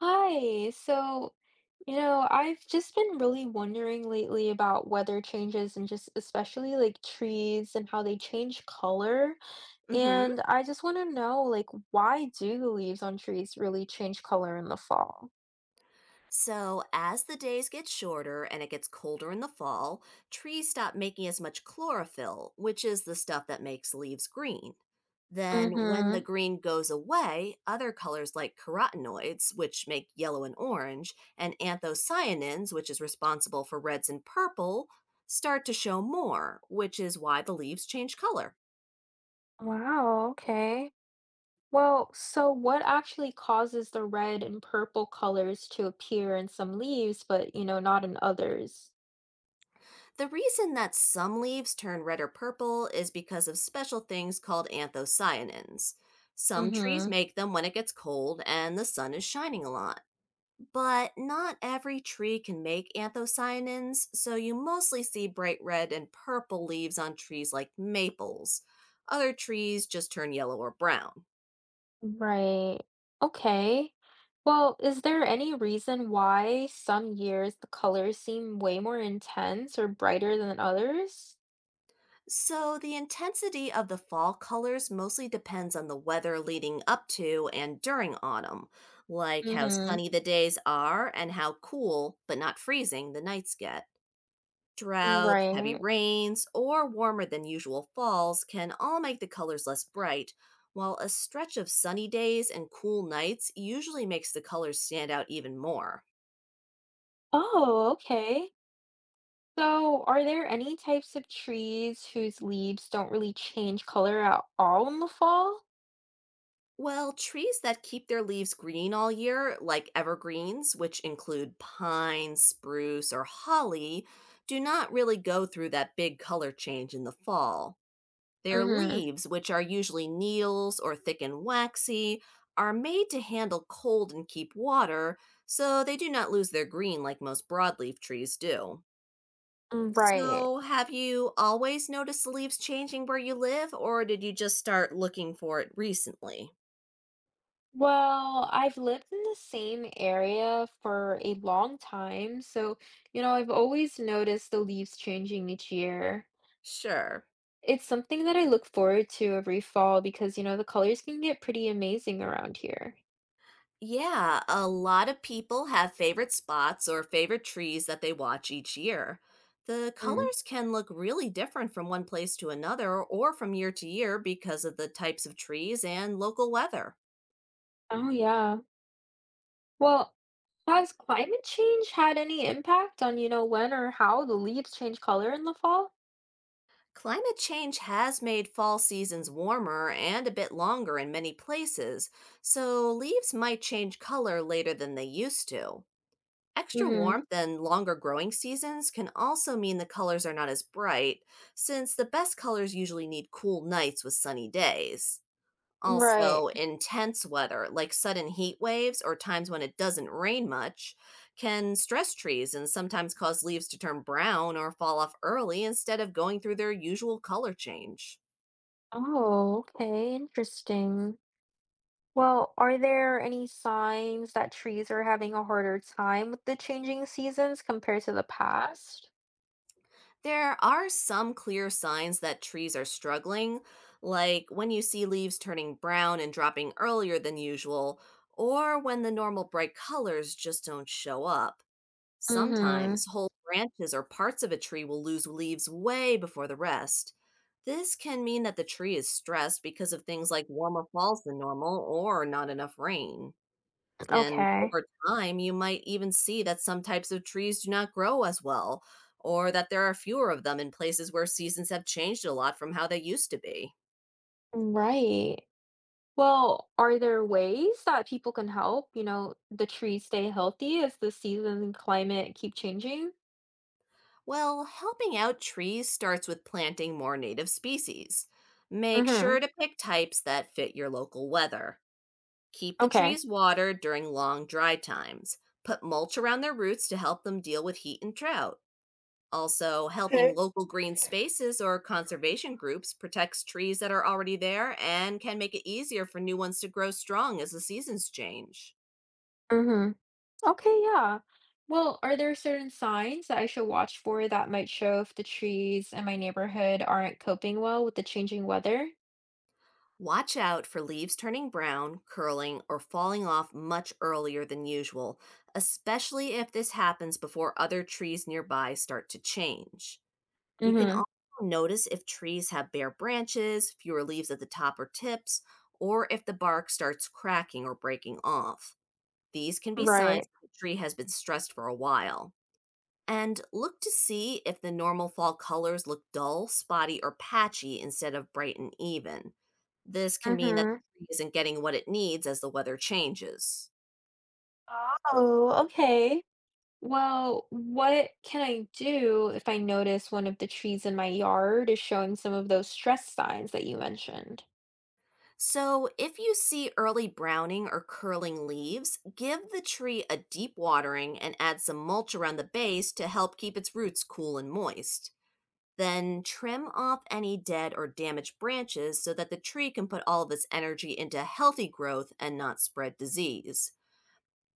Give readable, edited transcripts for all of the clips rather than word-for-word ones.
Hi. So, I've just been really wondering lately about weather changes and just especially like trees and how they change color. hmm And I just want to know, like, why do the leaves on trees really change color in the fall? So, as the days get shorter and it gets colder in the fall, trees stop making as much chlorophyll, which is the stuff that makes leaves green. Then, when the Mm-hmm. green goes away, other colors like carotenoids, which make yellow and orange, and anthocyanins, which is responsible for reds and purple, start to show more, which is why the leaves change color. Wow, okay. Well, so what actually causes the red and purple colors to appear in some leaves, but, not in others? The reason that some leaves turn red or purple is because of special things called anthocyanins. Some trees Mm-hmm. make them when it gets cold and the sun is shining a lot, but not every tree can make anthocyanins, so you mostly see bright red and purple leaves on trees like maples. Other trees just turn yellow or brown. Right. Okay. Well, is there any reason why some years the colors seem way more intense or brighter than others? So, the intensity of the fall colors mostly depends on the weather leading up to and during autumn, like how Mm-hmm. sunny the days are and how cool, but not freezing, the nights get. Droughts, heavy Right. rains, or warmer than usual falls can all make the colors less bright, while a stretch of sunny days and cool nights usually makes the colors stand out even more. Oh, okay. So, are there any types of trees whose leaves don't really change color at all in the fall? Well, trees that keep their leaves green all year, like evergreens, which include pine, spruce, or holly, do not really go through that big color change in the fall. Their Mm-hmm. leaves, which are usually needles or thick and waxy, are made to handle cold and keep water, so they do not lose their green like most broadleaf trees do. Right. So, have you always noticed the leaves changing where you live, or did you just start looking for it recently? Well, I've lived in the same area for a long time, so, I've always noticed the leaves changing each year. Sure. It's something that I look forward to every fall because, the colors can get pretty amazing around here. Yeah, a lot of people have favorite spots or favorite trees that they watch each year. The Mm. colors can look really different from one place to another or from year to year because of the types of trees and local weather. Oh, yeah. Well, has climate change had any impact on, when or how the leaves change color in the fall? Climate change has made fall seasons warmer and a bit longer in many places, so leaves might change color later than they used to. Extra Hmm. warmth and longer growing seasons can also mean the colors are not as bright, since the best colors usually need cool nights with sunny days. Right. Also, intense weather, like sudden heat waves or times when it doesn't rain much, can stress trees and sometimes cause leaves to turn brown or fall off early instead of going through their usual color change. Oh, okay, interesting. Well, are there any signs that trees are having a harder time with the changing seasons compared to the past? There are some clear signs that trees are struggling, like when you see leaves turning brown and dropping earlier than usual, or when the normal bright colors just don't show up. Mm-hmm. Sometimes whole branches or parts of a tree will lose leaves way before the rest. This can mean that the tree is stressed because of things like warmer falls than normal or not enough rain. And Okay. over time, you might even see that some types of trees do not grow as well, or that there are fewer of them in places where seasons have changed a lot from how they used to be. Right. Well, are there ways that people can help, the trees stay healthy as the seasons and climate keep changing? Well, helping out trees starts with planting more native species. Make sure Mhm. to pick types that fit your local weather. Keep the Okay. trees watered during long dry times. Put mulch around their roots to help them deal with heat and drought. Also, helping Okay. local green spaces or conservation groups protects trees that are already there and can make it easier for new ones to grow strong as the seasons change. Mhm. Okay, yeah. Well, are there certain signs that I should watch for that might show if the trees in my neighborhood aren't coping well with the changing weather? Watch out for leaves turning brown, curling, or falling off much earlier than usual, especially if this happens before other trees nearby start to change. You can Mhm. also notice if trees have bare branches, fewer leaves at the top or tips, or if the bark starts cracking or breaking off. These can be signs Right. that the tree has been stressed for a while. And look to see if the normal fall colors look dull, spotty, or patchy instead of bright and even. This can mean that Mhm. the tree isn't getting what it needs as the weather changes. Oh, okay. Well, what can I do if I notice one of the trees in my yard is showing some of those stress signs that you mentioned? So, if you see early browning or curling leaves, give the tree a deep watering and add some mulch around the base to help keep its roots cool and moist. Then trim off any dead or damaged branches so that the tree can put all of its energy into healthy growth and not spread disease.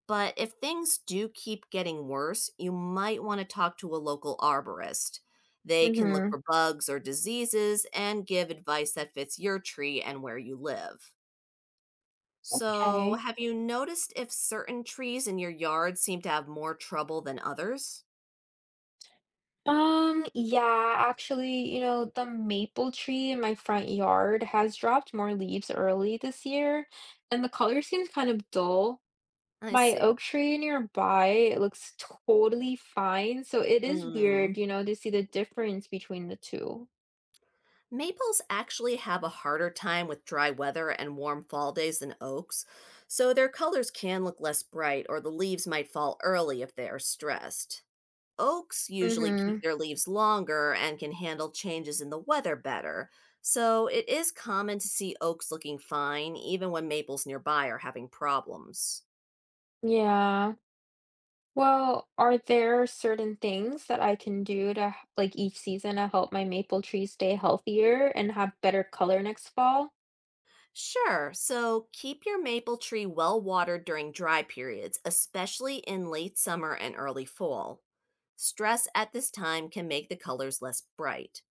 But if things do keep getting worse, you might want to talk to a local arborist. They can look Mm-hmm. for bugs or diseases and give advice that fits your tree and where you live. So, Okay. have you noticed if certain trees in your yard seem to have more trouble than others? Yeah, actually, the maple tree in my front yard has dropped more leaves early this year, and the color seems kind of dull. I My see. oak tree nearby, it looks totally fine, so it is Mm. weird, to see the difference between the two. Maples actually have a harder time with dry weather and warm fall days than oaks, so their colors can look less bright or the leaves might fall early if they are stressed. Oaks usually Mm-hmm. keep their leaves longer and can handle changes in the weather better, so it is common to see oaks looking fine even when maples nearby are having problems. Yeah. Well, are there certain things that I can do to, like each season to help my maple tree stay healthier and have better color next fall? Sure. So keep your maple tree well watered during dry periods, especially in late summer and early fall. Stress at this time can make the colors less bright.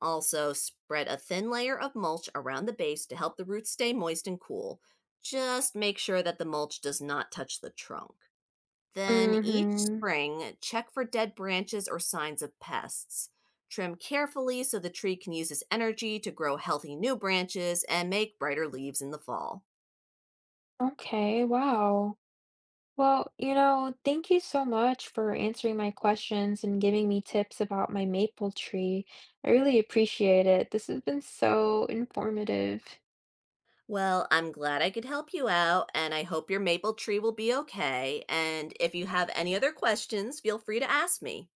Also, spread a thin layer of mulch around the base to help the roots stay moist and cool. Just make sure that the mulch does not touch the trunk. Then each Mm-hmm. spring, check for dead branches or signs of pests. Trim carefully so the tree can use its energy to grow healthy new branches and make brighter leaves in the fall. Okay, wow. Well, thank you so much for answering my questions and giving me tips about my maple tree. I really appreciate it. This has been so informative. Well, I'm glad I could help you out, and I hope your maple tree will be okay. And if you have any other questions, feel free to ask me.